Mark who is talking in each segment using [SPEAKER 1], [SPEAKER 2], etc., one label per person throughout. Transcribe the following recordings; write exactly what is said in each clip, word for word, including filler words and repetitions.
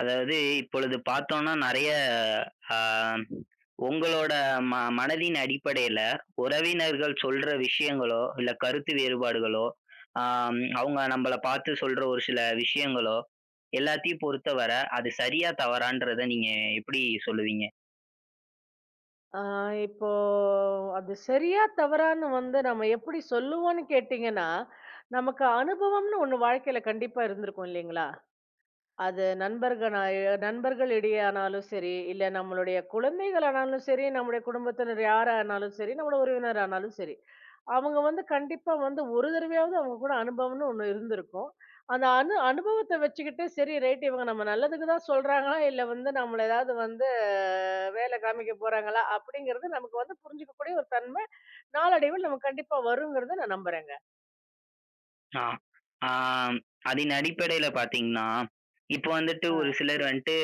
[SPEAKER 1] அதாவது இப்பொழுது பார்த்தோம்னா நெறைய ஆ உங்களோட ம மனதின் அடிப்படையில உறவினர்கள் சொல்ற விஷயங்களோ, இல்ல கருத்து வேறுபாடுகளோ, ஆம் அவங்க நம்மள பார்த்து சொல்ற ஒரு சில விஷயங்களோ, எல்லாத்தையும் பொறுத்தவர அது சரியா தவறான்றத நீங்க எப்படி சொல்லுவீங்க?
[SPEAKER 2] ஆ இப்போ அது சரியா, தவறான்னு வந்து நம்ம எப்படி சொல்லுவோம்ன்னு கேட்டீங்கன்னா, நமக்கு அனுபவம்ன்னு ஒண்ணு வாழ்க்கையில கண்டிப்பா இருந்திருக்கும் இல்லைங்களா? அது நண்பர்களா நண்பர்களிடையேயானாலும் சரி, இல்ல நம்மளுடைய குழந்தைகளானாலும் சரி, நம்முடைய குடும்பத்தினர் யாரானாலும் சரி, நம்முடைய உறவினரானாலும் சரி. அவங்க வந்து கண்டிப்பா வந்து ஒரு தடவையாவது அவங்க கூட அனுபவம்னு ஒண்ணு இருந்திருக்கும். அந்த அனு அனுபவத்த வச்சுக்கிட்டு, சரி ரைட் இவங்க நம்ம நல்லதுக்கு தான் சொல்றாங்களா, இல்ல வந்து நம்மள ஏதாவது வந்து அஹ், வேலை காமிக்க போறாங்களா, அப்படிங்கிறது நமக்கு வந்து புரிஞ்சுக்கக்கூடிய ஒரு தன்மை நாளடைவில் நமக்கு கண்டிப்பா வருங்கிறத நான் நம்புறேங்க.
[SPEAKER 1] ஆ ஆம் அதன் அடிப்படையில பார்த்தீங்கன்னா, இப்போ வந்துட்டு
[SPEAKER 2] ஆ.
[SPEAKER 1] ஒரு சிலர் வந்துட்டு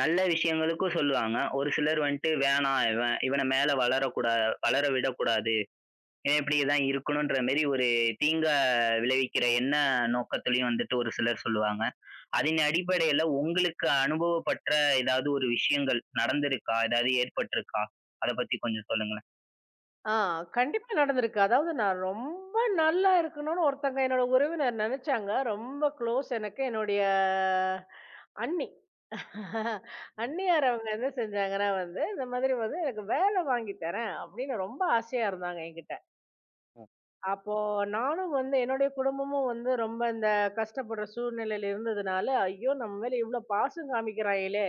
[SPEAKER 1] நல்ல விஷயங்களுக்கும் சொல்லுவாங்க. ஒரு சிலர் வந்துட்டு வேணாம் இவன் இவன மேல வளரக்கூடா வளர விடக்கூடாது. இப்டி தான் இருக்கணுன்ற மாரி ஒரு தீங்க விளைவிக்கிற எண்ண நோக்கத்துலயும் வந்துட்டு ஒரு சிலர் சொல்லுவாங்க. அதன் அடிப்படையில உங்களுக்கு அனுபவப்பட்ட ஏதாவது ஒரு விஷயங்கள் நடந்திருக்கா? ஏதாவது ஏற்பட்டிருக்கா? அத பத்தி கொஞ்சம் சொல்லுங்களேன்.
[SPEAKER 2] ஆ, கண்டிப்பா நடந்திருக்கு. அதாவது நான் ரொம்ப நல்லா இருக்கணும்னு ஒருத்தங்க என்னோட உறவினர் நெனச்சாங்க. ரொம்ப க்ளோஸ் எனக்கு. என்னுடைய அண்ணி. அண்ணியார் அவங்க என்ன செஞ்சாங்கன்னா வந்து, இந்த மாதிரி வந்து எனக்கு வேலை வாங்கி தரேன் அப்படின்னு ரொம்ப ஆசையா இருந்தாங்க என்கிட்ட.
[SPEAKER 1] ம்.
[SPEAKER 2] அப்போ நானும் வந்து என்னுடைய குடும்பமும் வந்து ரொம்ப இந்த கஷ்டப்படுற சூழ்நிலையில இருந்ததுனால, ஐயோ! நம்ம மேல இவ்ளோ பாசம் காமிக்கிறாங்களே!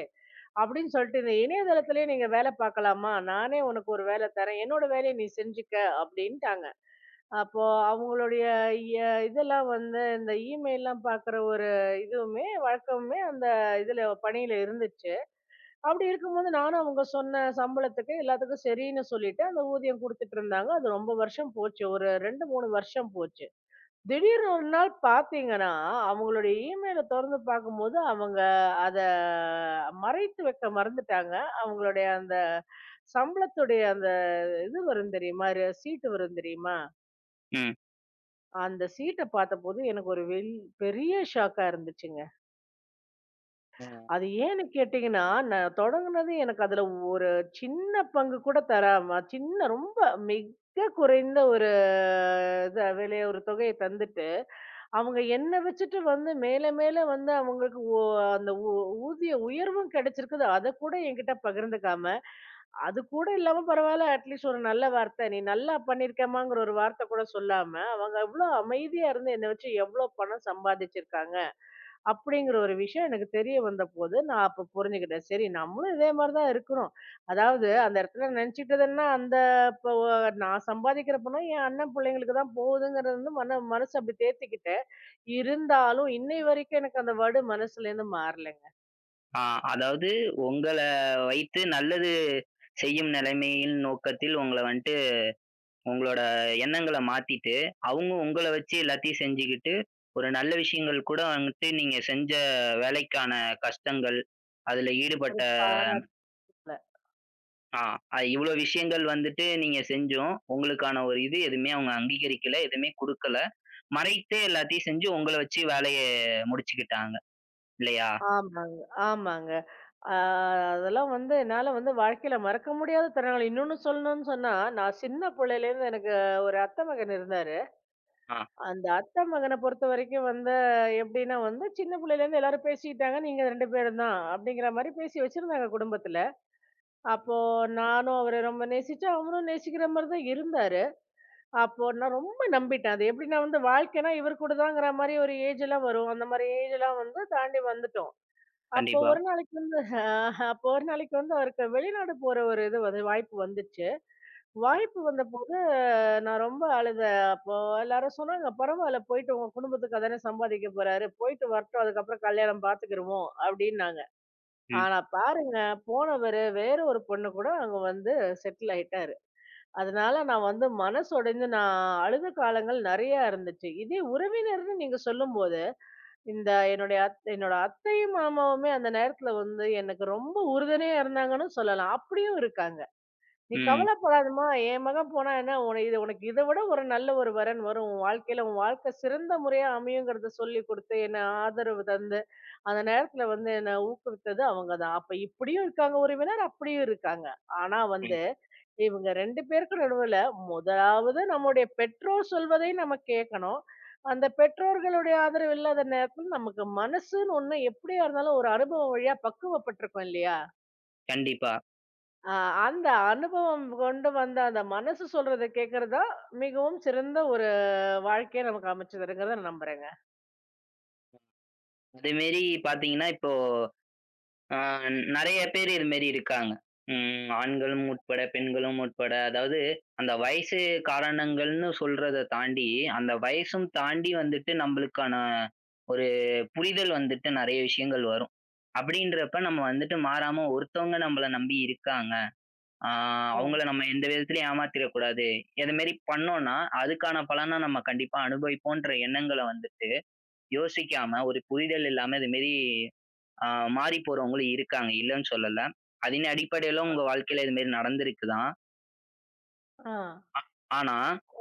[SPEAKER 2] அப்படின்னு சொல்லிட்டு இந்த இணையதளத்திலேயே நீங்க வேலை பார்க்கலாமா? நானே உனக்கு ஒரு வேலை தரேன். என்னோட வேலைய நீ செஞ்சுக்க அப்படின்ட்டாங்க. அப்போ அவங்களுடைய எ இதெல்லாம் வந்து இந்த இமெயில்லாம் பார்க்குற ஒரு இதுவுமே வழக்கமுமே அந்த இதுல பணியில இருந்துச்சு. அப்படி இருக்கும்போது நானும் அவங்க சொன்ன சம்பளத்துக்கு எல்லாத்துக்கும் சரின்னு சொல்லிட்டு அந்த ஊதியம் குடுத்துட்டு இருந்தாங்க. அது ரொம்ப வருஷம் போச்சு. ஒரு ரெண்டு, மூணு வருஷம் போச்சு. திடீர்னு ஒரு நாள் பார்த்தீங்கன்னா, அவங்களுடைய இமெயில தொறந்து பார்க்கும்போது, அவங்க அத மறைத்து வைக்க மறந்துட்டாங்க. அவங்களுடைய அந்த சம்பளத்துடைய அந்த இது வரும் தெரியுமா? ர சீட்டு வரும் தெரியுமா?
[SPEAKER 1] ம்.
[SPEAKER 2] அந்த சீட்ட பார்த்தபோது எனக்கு ஒரு வெல் பெரிய ஷாக்கா இருந்துச்சுங்க.
[SPEAKER 1] ம்.
[SPEAKER 2] அது ஏன்னு கேட்டீங்கன்னா, நான் தொடங்குனது எனக்கு அதுல ஒரு சின்ன பங்கு கூட தராம, சின்ன ரொம்ப மிக குறைந்த ஒரு இத விலைய ஒரு தொகைய தந்துட்டு, அவங்க என்ன வச்சுட்டு வந்து மேல மேல வந்து அவங்களுக்கு ஓ அந்த ஊதிய உயர்வும் கிடைச்சிருக்குது. அதக்கூட என்கிட்ட பகிர்ந்துக்காம, அது கூட இல்லாம பரவால்ல அட்லீஸ்ட் ஒரு நல்ல வார்த்தை, "நீ நல்லா பண்ணியிருக்கேம்மாங்கிற" ஒரு வார்த்தை கூட சொல்லாம, அவங்க எவ்ளோ அமைதியா இருந்து என்ன வச்சு எவ்ளோ பணம் சம்பாதிச்சிருக்காங்க. அப்படிங்கிற ஒரு விஷயம் எனக்கு தெரிய வந்தபோது, நான் அப்ப புரிஞ்சுக்கிட்டேன். சரி நம்மளும் இதே மாரி தான் இருக்கிறோம். அதாவது அந்த இடத்துல நினைச்சுட்டதுன்னா, அந்த இப்போ நான் சம்பாதிக்கிற பணம் என் அண்ணன் பிள்ளைங்களுக்கு தான் போகுதுங்கிறது வந்து மன மனசு அப்படி தேத்திக்கிட்டேன். இருந்தாலும் இன்னை வரைக்கும் எனக்கு அந்த வடு மனசுலேருந்து மாறலைங்க.
[SPEAKER 1] ஆ அதாவது உங்கள வைத்து நல்லது செய்யும் நிலைமையின் நோக்கத்தில் உங்கள வந்துட்டு உங்களோட எண்ணங்கள மாத்திட்டு, அவங்க உங்கள வச்சு எல்லாத்தையும் செஞ்சுக்கிட்டு, ஒரு நல்ல விஷயங்கள் கூட வந்துட்டு நீங்க செஞ்ச வேலைக்கான கஷ்டங்கள், அதுல
[SPEAKER 2] ஒரு
[SPEAKER 1] ஈடுபட்ட
[SPEAKER 2] பாராட்டுல.
[SPEAKER 1] ஆ அ இவ்வளோ விஷயங்கள் வந்துட்டு நீங்க செஞ்சும், உங்களுக்கான ஒரு இது எதுவுமே அவங்க அங்கீகரிக்கல, எதுவுமே குடுக்கல. மறைத்து எல்லாத்தையும் செஞ்சு உங்கள வச்சு வேலைய முடிச்சுக்கிட்டாங்க. இல்லையா?
[SPEAKER 2] ஆமாங்க, ஆமாங்க. ஆ அதெல்லாம் வந்து என்னால வந்து வாழ்க்கையில மறக்க முடியாத தருணங்கள். இன்னொன்னு சொல்லணும்னு சொன்னா, நான் சின்ன பிள்ளையிலேருந்து எனக்கு ஒரு அத்தை மகன் இருந்தாரு.
[SPEAKER 1] ஆ.
[SPEAKER 2] அந்த அத்தை மகன பொறுத்தவரைக்கும் வந்து எப்படின்னா வந்து சின்ன புள்ளையில இருந்து எல்லாரும் பேசிக்கிட்டாங்க நீங்க ரெண்டு பேரும் தான் அப்படிங்கிற மாரி பேசி வச்சிருந்தாங்க குடும்பத்துல.
[SPEAKER 1] ம்.
[SPEAKER 2] அப்போ நானும் அவர ரொம்ப நேசிச்சேன். அவரும் நேசிக்கிற மாரி தான் இருந்தாரு. அப்போ நான் ரொம்ப நம்பிட்டேன். அது எப்படின்னா வந்து வாழ்க்கைன்னா இவர் கூட தான்ங்கிற மாரி ஒரு ஏஜ் எல்லாம் வரும். அந்த மாரி ஏஜ் எல்லாம் வந்து தாண்டி வந்துட்டோம். அப்போ
[SPEAKER 1] கண்டிப்பா.
[SPEAKER 2] ஒரு நாளைக்கு வந்து ஆஹ் அப்போ ஒரு நாளைக்கு வந்து அவருக்கு வெளிநாடு போற ஒரு இது வந்து வாய்ப்பு வந்துச்சு.
[SPEAKER 1] ஆ.
[SPEAKER 2] வாய்ப்பு வந்தபோது நான் ரொம்ப அழுதேன். அப்போ எல்லாரும் சொன்னாங்க, "பரவால்ல போயிட்டு உங்க குடும்பத்துக்காக தானே சம்பாதிக்க போறாரு. போயிட்டு வரட்டும். அதுக்கப்புறம் கல்யாணம் பார்த்துக்கிருவோம்" அப்டின்னாங்க.
[SPEAKER 1] ம்.
[SPEAKER 2] ஆனா பாருங்க, போனவரு வேற ஒரு பொண்ணு கூட அங்க வந்து செட்டில் ஆயிட்டாரு. அதனால நான் வந்து மனசு உடைந்து நான் அழுத காலங்கள் நெறையா இருந்துச்சு. இதே உறவினர்ன்னு நீங்க சொல்லும்போது, இந்த என்னுடைய அத் என்னோட அத்தையும், மாமாவுமே அந்த நேரத்துல வந்து எனக்கு ரொம்ப உறுதுணையா இருந்தாங்கன்னு சொல்லலாம். அப்டியும் இருக்காங்க. "நீ
[SPEAKER 1] ம்.
[SPEAKER 2] கவலைப்படாதம்மா, என் மகன் போனா என்ன உன இது உனக்கு இத விட ஒரு நல்ல ஒரு வரன் வரும். உன் வாழ்க்கையில உன் வாழ்க்கை சிறந்த முறையா அமையுங்கிறத சொல்லிக் குடுத்து, என்ன ஆதரவு தந்து, அந்த நேரத்துல வந்து என்ன ஊக்குவித்தது அவங்க தான். அப்ப இப்படியும் இருக்காங்க உறவினர், அப்படியும் இருக்காங்க. ஆனா
[SPEAKER 1] ம்.
[SPEAKER 2] வந்து இவங்க ரெண்டு பேருக்கும் நடுவுல முதலாவது நம்முடைய பெற்றோர் சொல்வதை நம்ம கேட்கணும். அந்த பெற்றோர்களுடைய ஆதரவு இல்லாத நேரத்துல நமக்கு மனசுன்னு ஒண்ணு எப்படியா இருந்தாலும் ஒரு அனுபவம் வழியா பக்குவப்பட்டிருக்கும் இல்லையா?
[SPEAKER 1] கண்டிப்பா.
[SPEAKER 2] ஆ அந்த அனுபவம் கொண்டு வந்த அந்த மனசு சொல்றத கேட்கறது தான் மிகவும் சிறந்த ஒரு வாழ்க்கைய நமக்கு அமைச்சு தருங்கிறத நான் நம்புறேங்க.
[SPEAKER 1] அதேமாரி பார்த்தீங்கன்னா, இப்போ ஆ நெறைய பேர் இது மாரி இருக்காங்க. ம். ஆண்களும் உட்பட, பெண்களும் உட்பட. அதாவது அந்த வயசு காரணங்கள்ன்னு சொல்றத தாண்டி, அந்த வயசும் தாண்டி வந்துட்டு நம்பளுக்கான ஒரு புரிதல் வந்துட்டு நெறைய விஷயங்கள் வரும். அப்படின்றப்ப நம்ம வந்துட்டு மாறாம ஒருத்தவங்க நம்மள நம்பி இருக்காங்க. ஆ
[SPEAKER 2] ஆ.
[SPEAKER 1] அவங்கள நம்ம எந்த விதத்திலயும் ஏமாத்திறக்கூடாது. இது மாரி பண்ணோம்னா, அதுக்கான பலன நம்ம கண்டிப்பா அனுபவிப்போன்ற எண்ணங்கள வந்துட்டு யோசிக்காம, ஒரு புரிதல் இல்லாம இது மாரி ஆ மாறி போறவங்களும் இருக்காங்க. இல்லன்னு சொல்லல. அதன் அடிப்படையில உங்க வாழ்க்கையில இது மாரி நடந்திருக்கு தான்.
[SPEAKER 2] ஆ.
[SPEAKER 1] ஆனா,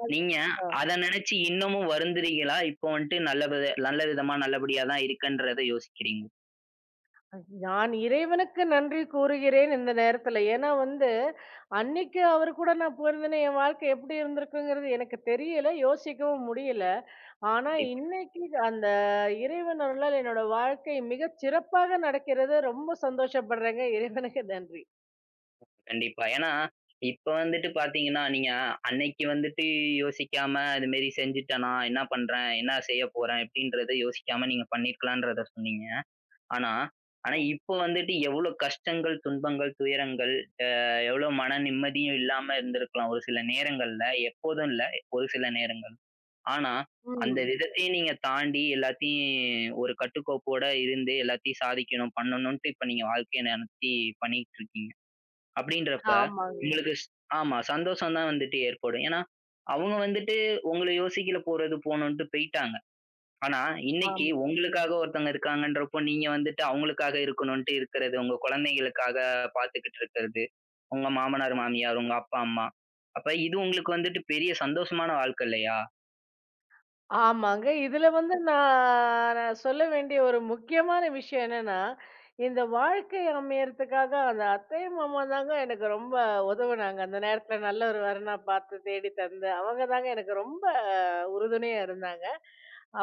[SPEAKER 2] அது
[SPEAKER 1] நீங்க
[SPEAKER 2] ஆ.
[SPEAKER 1] அத நெனச்சு இன்னமும் வருந்துறீங்களா? இப்போ வந்துட்டு நல்ல வித நல்ல விதமா நல்லபடியா தான் இருக்கன்றத யோசிக்கிறீங்க.
[SPEAKER 2] நான் இறைவனுக்கு நன்றி கூறுகிறேன் இந்த நேரத்துல. ஏன்னா வந்து, அன்னைக்கு அவர் கூட நான் போயிருந்தேன்னா, என் வாழ்க்கை எப்படி இருந்திருக்குங்கிறது எனக்கு தெரியல. யோசிக்கவும் முடியல. ஆனா
[SPEAKER 1] கண்டிப்பா,
[SPEAKER 2] இன்னைக்கு அந்த இறைவன் அருளால் என்னோட வாழ்க்கை மிகச் சிறப்பாக நடக்கிறது. ரொம்ப சந்தோஷப்படுறேங்க. இறைவனுக்கு நன்றி.
[SPEAKER 1] கண்டிப்பா. ஏன்னா, இப்ப வந்துட்டு பாத்தீங்கன்னா, நீங்க அன்னைக்கு வந்துட்டு யோசிக்காம இது மாரி செஞ்சுட்டேனா, என்ன பண்றேன்? என்ன செய்ய போறேன்? எப்படின்றத யோசிக்காம நீங்க பண்ணியிருக்கலான்றத சொன்னீங்க. ஆனா ஆனா
[SPEAKER 2] அ.
[SPEAKER 1] இப்போ வந்துட்டு எவ்வளோ கஷ்டங்கள், துன்பங்கள், துயரங்கள் எவ்வளோ மன நிம்மதியும் இல்லாம இருந்திருக்கலாம் ஒரு சில நேரங்கள்ல. எப்போதும் இல்ல, ஒரு சில நேரங்கள். ஆனா, அந்த
[SPEAKER 2] ம்.
[SPEAKER 1] விதத்தையும் நீங்க தாண்டி எல்லாத்தையும் ஒரு கட்டுக்கோப்போட இருந்து எல்லாத்தையும் சாதிக்கணும், பண்ணணுன்ட்டு இப்ப நீங்க வாழ்க்கைய நடத்தி பண்ணிட்டு இருக்கீங்க. அப்படின்றப்ப ம்.
[SPEAKER 2] ஆமாங்க.
[SPEAKER 1] உங்களுக்கு ஸ் ஆமா சந்தோஷம் தான் வந்துட்டு ஏற்படும். ஏன்னா, அவங்க வந்துட்டு உங்கள யோசிக்கல போறது போணுன்ட்டு போயிட்டாங்க. ஆனா, இன்னைக்கு
[SPEAKER 2] ஆமா.
[SPEAKER 1] உங்களுக்காக ஒருத்தவங்க இருக்காங்கன்றப்போ, நீங்க வந்துட்டு அவங்களுக்காக இருக்கணுன்ட்டு இருக்கிறது, உங்க குழந்தைகளுக்காக பார்த்துக்கிட்டு இருக்கிறது. உங்க மாமனார், மாமியார், உங்க அப்பா, அம்மா. அப்ப இது உங்களுக்கு வந்துட்டு பெரிய சந்தோஷமான வாழ்க்கை இல்லையா?
[SPEAKER 2] ஆமாங்க. இதுல வந்து நான் நான் சொல்ல வேண்டிய ஒரு முக்கியமான விஷயம் என்னன்னா, இந்த வாழ்க்கை அமையறதுக்காக அந்த அத்தை, மாமா தாங்க எனக்கு ரொம்ப உதவுனாங்க. அந்த நேரத்துல நல்ல ஒரு வரனா பார்த்து தேடி தந்து, அவங்க தாங்க எனக்கு ரொம்ப அஹ், உறுதுணையா இருந்தாங்க.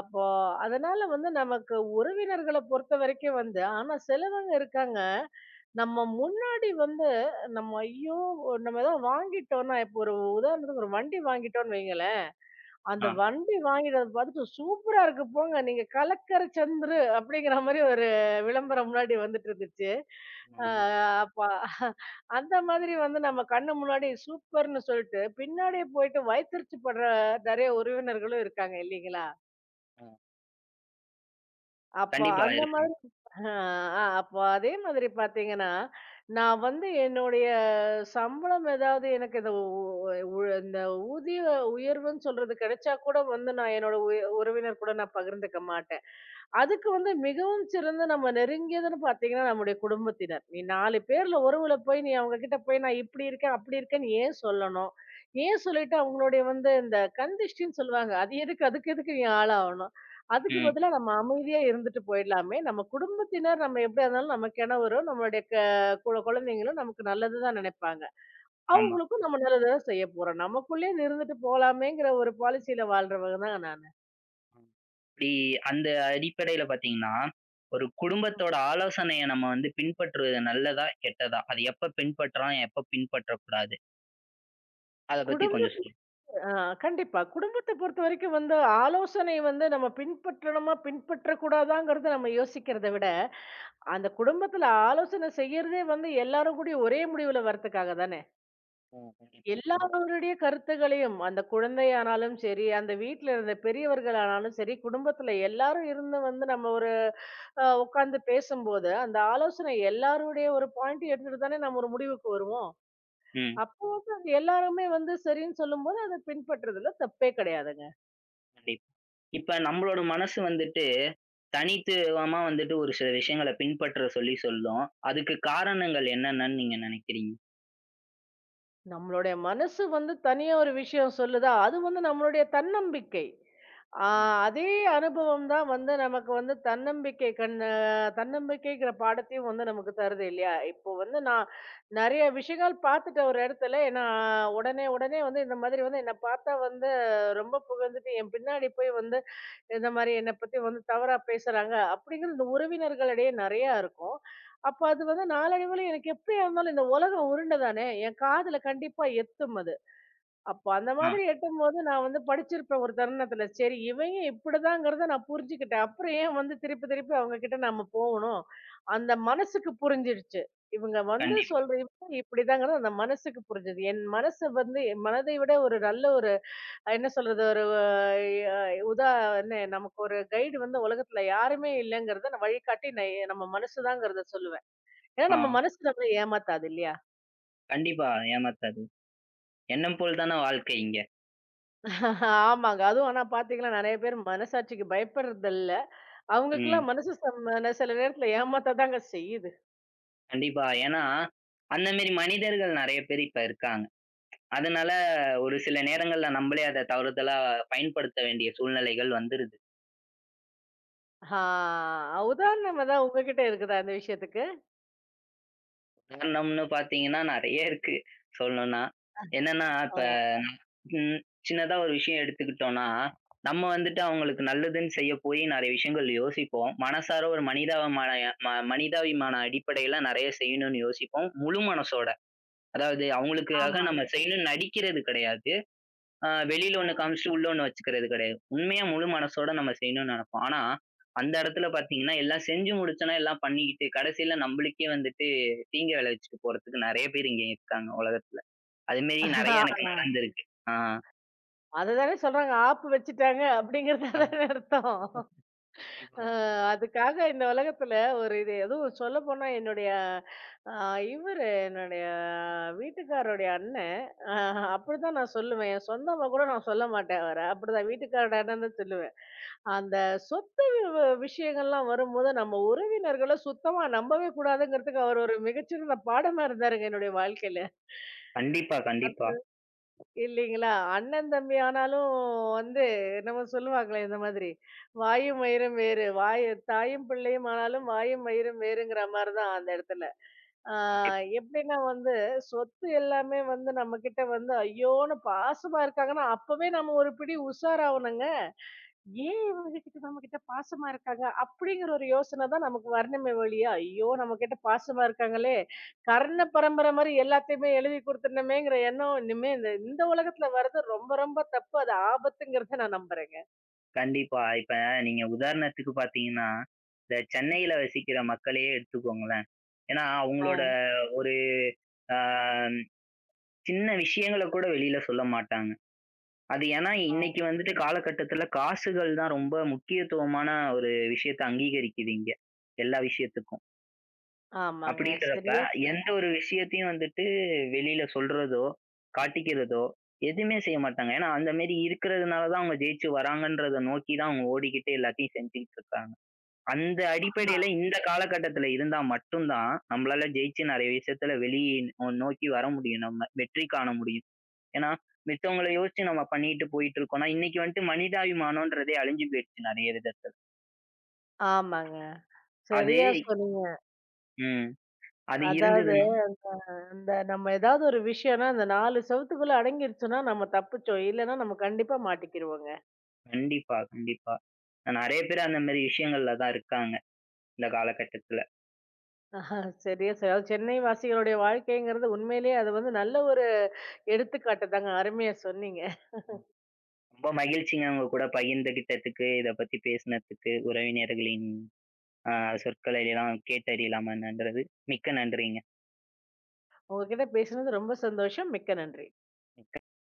[SPEAKER 2] அப்போ அதனால வந்து நமக்கு உறவினர்கள பொறுத்தவரைக்கும் வந்து ஆனா சிலவங்க இருக்காங்க, நம்ம முன்னாடி வந்து நம்ம ஐயோ! நம்ம ஏதோ வாங்கிட்டோம்னா, இப்போ ஒரு உதாரணத்துக்கு ஒரு வண்டி வாங்கிட்டோம்னு வைங்களேன். அந்த
[SPEAKER 1] ஆ.
[SPEAKER 2] வண்டி வாங்கிட்டு வந்து பார்த்துட்டு, "சூப்பரா இருக்கு போங்க. நீங்க கலக்கர சந்துரு" அப்படிங்கிற மாரி ஒரு விளம்பரம் முன்னாடி வந்துட்டு இருந்துச்சு. அ
[SPEAKER 1] ஆமா.
[SPEAKER 2] அப்ப அந்த மாதிரி வந்து நம்ம கண்ணு முன்னாடி சூப்பர்ன்னு சொல்லிட்டு, பின்னாடியே போயிட்டு வயித்தெரிச்சல் படுற நெறைய உறவினர்களும் இருக்காங்க இல்லீங்களா?
[SPEAKER 1] ஆ.
[SPEAKER 2] அப்போ
[SPEAKER 1] கண்டிப்பா
[SPEAKER 2] அந்த
[SPEAKER 1] இருக்கு.
[SPEAKER 2] மாதிரி ஆ, ஆ, அப்போ அதே மாதிரி பாத்தீங்கன்னா, நான் வந்து என்னுடைய சம்பளம் ஏதாவது எனக்கு இந்த உ உ இந்த ஊதிய உயர்வுன்னு சொல்றது கிடைச்சா கூட வந்து நான் என்னோட உ உறவினர் கூட நான் பகிர்ந்துக்க மாட்டேன். அதுக்கு வந்து மிகவும் சிறந்த நம்ம நெருங்கியதுன்னு பார்த்தீங்கன்னா, நம்முடைய குடும்பத்தினர். நீ நாலு பேர்ல உறவுல போய் நீ அவங்க கிட்ட போய் நான் இப்படி இருக்கேன், அப்படி இருக்கேன்னு ஏன் சொல்லணும்? ஏன் சொல்லிட்டு அவங்களுடைய வந்து இந்த கண் திஷ்டின்னு சொல்லுவாங்க. அது எதுக்கு? அதுக்கு எதுக்கு நீ ஆளாவணும்? அதுக்கு
[SPEAKER 1] ம்.
[SPEAKER 2] பதிலா நம்ம அமைதியா இருந்துட்டு போயிடலாமே. நம்ம குடும்பத்தினர் நம்ம எப்படியா இருந்தாலும் நம்ம கணவரோ, நம்மளுடைய க குழ குழந்தைங்களும் நமக்கு நல்லது தான் நினைப்பாங்க.
[SPEAKER 1] ஆமா.
[SPEAKER 2] அவங்களுக்கும் நம்ம நல்லது தான் செய்ய போறோம். நமக்குள்ளயே இருந்துட்டு போலாமேங்கிற ஒரு பாலிசியில வாழ்றவங்க தான் நானு.
[SPEAKER 1] ம். இப்டி அந்த அடிப்படையில பார்த்தீங்கன்னா, ஒரு குடும்பத்தோட ஆலோசனைய நம்ம வந்து பின்பற்றுவது நல்லதா? கெட்டதா? அது எப்ப பின்பற்றலாம்? எப்ப பின்பற்றக்கூடாது? அத பத்தி
[SPEAKER 2] ம்.
[SPEAKER 1] கொஞ்சம் சொல்லுங்க.
[SPEAKER 2] ஆ கண்டிப்பா. குடும்பத்த பொறுத்தவரைக்கும் வந்து ஆலோசனை வந்து நம்ம பின்பற்றணுமா, பின்பற்றக்கூடாதாங்கிறத நம்ம யோசிக்கிறத விட, அந்த குடும்பத்துல ஆலோசனை செய்யறதே வந்து எல்லாரும் கூடயும் ஒரே முடிவுல வர்றதுக்காக தானே.
[SPEAKER 1] ம். கண்டிப்பா.
[SPEAKER 2] எல்லாருடைய கருத்துகளையும் அந்த குழந்தையானாலும் சரி, அந்த வீட்ல இருந்த பெரியவர்களானாலும் சரி, குடும்பத்துல எல்லாரும் இருந்து வந்து நம்ம ஒரு அ உட்கார்ந்து பேசும்போது, அந்த ஆலோசனை எல்லாருடைய ஒரு பாயிண்ட் எடுத்துட்டு தானே நம்ம ஒரு முடிவுக்கு வருவோம்.
[SPEAKER 1] ம்.
[SPEAKER 2] அப்போ வந்து அது எல்லாருமே வந்து சரின்னு சொல்லும்போது, அத பின்பற்றதுல தப்பே கிடையாதுங்க.
[SPEAKER 1] கண்டிப்பா. இப்ப நம்மளோட மனசு வந்துட்டு தனித்துவமா வந்துட்டு ஒரு சில விஷயங்கள பின்பற்ற சொல்லி சொல்லும். அதுக்கு காரணங்கள் என்னென்னன்னு நீங்க நெனைக்கிறீங்க?
[SPEAKER 2] நம்மளுடைய மனசு வந்து தனியா ஒரு விஷயம் சொல்லுதா, அது வந்து நம்மளுடைய தன்னம்பிக்கை. ஆ
[SPEAKER 1] ம்.
[SPEAKER 2] அதே அனுபவம் தான் வந்து நமக்கு வந்து தன்னம்பிக்கை கண்ணு தன்னம்பிக்கைங்கிற பாடத்தையும் வந்து நமக்கு தருது இல்லையா? இப்போ வந்து நான் நெறைய விஷயங்கள் பார்த்துட்டேன் ஒரு இடத்துல. ஏன்னா உடனே உடனே வந்து இந்த மாதிரி வந்து என்ன பார்த்தா வந்து ரொம்ப புகழ்ந்துட்டு என் பின்னாடி போய் வந்து இந்த மாரி என்ன பத்தி வந்து தவறா பேசுறாங்க, அப்படிங்கிறது இந்த உறவினர்களிடையே நெறையா இருக்கும். அப்ப அது வந்து நாளடைவுல எனக்கு எப்படியா இருந்தாலும் இந்த உலகம் உருண்டை தானே என் காதுல கண்டிப்பா எத்தும் அது. அப்ப அந்த
[SPEAKER 1] ஆ.
[SPEAKER 2] மாதிரி எட்டும்போது நான் வந்து படிச்சிருப்பேன் ஒரு தருணத்துல. சரி இவங்க இப்படிதாங்கிறத நான் புரிஞ்சுக்கிட்டேன். அப்புறம் ஏன் வந்து திருப்பி திருப்பி அவங்க கிட்ட நாம போகணும். அந்த மனசுக்கு புரிஞ்சிடுச்சு. இவங்க வந்து
[SPEAKER 1] கண்டிப்
[SPEAKER 2] சொல்ற இவங்க இப்படிதாங்கிறது அந்த மனசுக்கு புரிஞ்சது. என் மனசு வந்து என் மனதை விட ஒரு நல்ல ஒரு என்ன சொல்றது ஒரு அ உதா என்ன நமக்கு ஒரு கைடு வந்து உலகத்துல யாருமே இல்லங்கிறத வழிகாட்டி ந நம்ம மனசுதாங்கிறத சொல்லுவேன். ஏன்னா
[SPEAKER 1] ஆ.
[SPEAKER 2] நம்ம மனசு நம்மள ஏமாத்தாது இல்லையா?
[SPEAKER 1] கண்டிப்பா ஏமாத்தாது. எண்ணம் போல் தான வாழ்க்கை இங்க.
[SPEAKER 2] ஆமாங்க. அதுவும் ஆனா பார்த்தீங்கன்னா, நெறைய பேர் மனசாட்சிக்கு பயப்படுறதில்ல.
[SPEAKER 1] ம்.
[SPEAKER 2] அவங்களுக்கெல்லாம் மனசு சம்மதன சில நேரத்துல ஏமாத்ததாங்க செய்யுது.
[SPEAKER 1] கண்டிப்பா. ஏன்னா, அந்த மேரி மனிதர்கள் நெறைய பேர் இப்ப இருக்காங்க. அதனால ஒரு சில நேரங்கள்ல நம்பளே அத தவறுதலா பயன்படுத்த வேண்டிய சூழ்நிலைகள் வந்துருது.
[SPEAKER 2] ஆ உதாரணம் ஏதாவது உங்ககிட்ட இருக்குதா இந்த விஷயத்துக்கு?
[SPEAKER 1] உதாரணம்னு பார்த்தீங்கன்னா, நெறைய இருக்கு சொல்லணும்னா. என்னன்னா, இப்ப
[SPEAKER 2] ஆ
[SPEAKER 1] ம் சின்னதா ஒரு விஷயம் எடுத்துக்கிட்டோம்னா, நம்ம வந்துட்டு அவங்களுக்கு நல்லதுன்னு செய்ய போய் நெறைய விஷயங்கள் யோசிப்போம். மனசார ஒரு மனிதாபிமான ம மனிதாபிமான அடிப்படையில நெறைய செய்யணும்னு யோசிப்போம். முழு மனசோட. அதாவது அவங்களுக்காக
[SPEAKER 2] ஆமா.
[SPEAKER 1] நம்ம செய்யணும்னு நடிக்கிறது கிடையாது. அ வெளியில ஒண்ணு
[SPEAKER 2] ம்.
[SPEAKER 1] காமிச்சுட்டு உள்ள ஒண்ணு வச்சுக்கிறது கிடையாது. உண்மையா முழு மனசோட நம்ம செய்யணும்னு நெனைப்போம். ஆனா, அந்த இடத்துல பார்த்தீங்கன்னா, எல்லாம் செஞ்சு முடிச்சோன, எல்லாம் பண்ணிக்கிட்டு கடைசியில நம்மளுக்கே வந்துட்டு தீங்கு விளைவிச்சுட்டு போறதுக்கு நெறைய பேர் இங்க இருக்காங்க உலகத்துல. அது மாரி
[SPEAKER 2] ஆ.
[SPEAKER 1] நெறைய எனக்கு
[SPEAKER 2] ஆஹ்,
[SPEAKER 1] நடந்திருக்கு. ஆ.
[SPEAKER 2] அதுதானே சொல்றாங்க. ஆப்பு வச்சுட்டாங்க அப்படிங்கிறது
[SPEAKER 1] ஆ.
[SPEAKER 2] தானே அர்த்தம்.
[SPEAKER 1] கண்டிப்பா.
[SPEAKER 2] அஹ் அதுக்காக இந்த உலகத்துல ஒரு இது எதுவும் சொல்ல போனா என்னுடைய அஹ், இவரு என்னுடைய வீட்டுக்காரோடைய அண்ணன் அஹ், அப்படிதான் நான் சொல்லுவேன் என் சொந்தமா கூட நான் சொல்ல மாட்டேன் அவரை அப்படிதான் வீட்டுக்காரோட அண்ணன் தான் சொல்லுவேன் அந்த சொத்து வி- வி- விஷயங்கள்லாம் வரும்போது நம்ம உறவினர்களை சுத்தமா நம்பவே கூடாதுங்கிறதுக்கு அவர் ஒரு மிகச்சிறந்த பாடமா இருந்தாருங்க என்னுடைய வாழ்க்கையில
[SPEAKER 1] கண்டிப்பா, கண்டிப்பா.
[SPEAKER 2] இல்லைங்களா? அண்ணன், தம்பி ஆனாலும் வந்து என்னமோ சொல்லுவாங்களே இந்த மாதிரி, "வாயும் மயிரும் வேறு, வாய் தாயும் பிள்ளையும் ஆனாலும் வாயும் மயிரும் வேறுங்கிற" மாரி தான் அந்த இடத்துல. ஆ
[SPEAKER 1] கண்டிப்
[SPEAKER 2] எப்படின்னா வந்து சொத்து எல்லாமே வந்து நம்மகிட்ட வந்து ஐயோன்னு பாசமா இருக்காங்கன்னா, அப்பவே நம்ம ஒரு பிடி உஷாராவணுங்க. ஏன் இவங்க கிட்ட நம்ம கிட்ட பாசமா இருக்காங்க? அப்படிங்கிற ஒரு யோசனை தான் நமக்கு வரணுமே ஒழிய, ஐயோ! நம்ம கிட்ட பாசமா இருக்காங்களே! கர்ண பரம்பரை மாரி எல்லாத்தையுமே எழுதி குடுத்துடணுமேங்கிற எண்ணம் இனிமே இந்த இந்த உலகத்துல வர்றது ரொம்ப ரொம்ப தப்பு. அது ஆபத்துங்கிறத நான் நம்புறேங்க.
[SPEAKER 1] கண்டிப்பா. இப்ப நீங்க உதாரணத்துக்கு பார்த்தீங்கன்னா, இந்த சென்னையில வசிக்கிற மக்களையே எடுத்துக்கோங்களேன். ஏன்னா
[SPEAKER 2] ஆ,
[SPEAKER 1] அவங்களோட ஒரு ஆ சின்ன விஷயங்கள கூட வெளியில சொல்ல மாட்டாங்க. அது ஏன்னா
[SPEAKER 2] ஆ.
[SPEAKER 1] இன்னைக்கு வந்துட்டு காலகட்டத்துல காசுகள் தான் ரொம்ப முக்கியத்துவமான ஒரு விஷயத்த அங்கீகரிக்குது இங்க. எல்லா விஷயத்துக்கும்.
[SPEAKER 2] ஆமாங்க.
[SPEAKER 1] அப்படின்றப்ப
[SPEAKER 2] சரியா சொன்னீங்க.
[SPEAKER 1] எந்த ஒரு விஷயத்தையும் வந்துட்டு வெளியில சொல்றதோ, காட்டிக்கிறதோ எதுவுமே செய்ய மாட்டாங்க. ஏன்னா அந்த மாரி இருக்கிறதுனால தான் அவங்க ஜெயிச்சு வராங்கன்றத நோக்கி தான் அவங்க ஓடிக்கிட்டு எல்லாத்தையும் செஞ்சுகிட்டு இருக்காங்க. அந்த
[SPEAKER 2] ஆ,
[SPEAKER 1] அடிப்படையில இந்த காலகட்டத்துல இருந்தா மட்டும் தான் நம்மளால ஜெயிச்சு நெறைய விஷயத்துல வெளிய நோக்கி வர முடியும் நம்ம. வெற்றி காண முடியும். ஏன்னா, மித்தவங்கள யோசிச்சு நம்ம பண்ணிட்டு போயிட்டு இருக்கோம்னா, இன்னைக்கு வந்துட்டு மனிதாபிமானம்ன்றதே அழிஞ்சு போயிடுச்சு நெறைய விதத்துல.
[SPEAKER 2] ஆமாங்க.
[SPEAKER 1] அது
[SPEAKER 2] சரியா சொன்னீங்க.
[SPEAKER 1] ம். அது
[SPEAKER 2] அதாவது
[SPEAKER 1] இருந்ததுன்னா
[SPEAKER 2] இந்த நம்ம ஏதாவது ஒரு விஷயம்னா, அந்த நாலு செவுத்துக்குள்ள அடங்கிருச்சுன்னா, நம்ம தப்பிச்சோம். இல்லன்னா நம்ம கண்டிப்பா மாட்டிக்கிருவோங்க.
[SPEAKER 1] கண்டிப்பா, கண்டிப்பா. நெறைய பேர் அந்த மாரி விஷயங்கள்ல தான் இருக்காங்க, இந்த காலகட்டத்துல.
[SPEAKER 2] ஆஹா, சரியா சரி. அதாவது சென்னை வாசிகளுடைய வாழ்க்கைங்கிறது உண்மையிலேயே அது வந்து நல்ல ஒரு எடுத்துக்காட்டு தாங்க. அருமையா சொன்னீங்க.
[SPEAKER 1] ம். ரொம்ப மகிழ்ச்சிங்க உங்க கூட பகிர்ந்துகிட்டதுக்கு, இத பத்தி பேசினதுக்கு, உறவினர்களின் அ சொற்களை எல்லாம் கேட்டறியலாமா என்னன்றது. மிக்க நன்றிங்க.
[SPEAKER 2] உங்ககிட்ட பேசினது ரொம்ப சந்தோஷம். மிக்க நன்றி.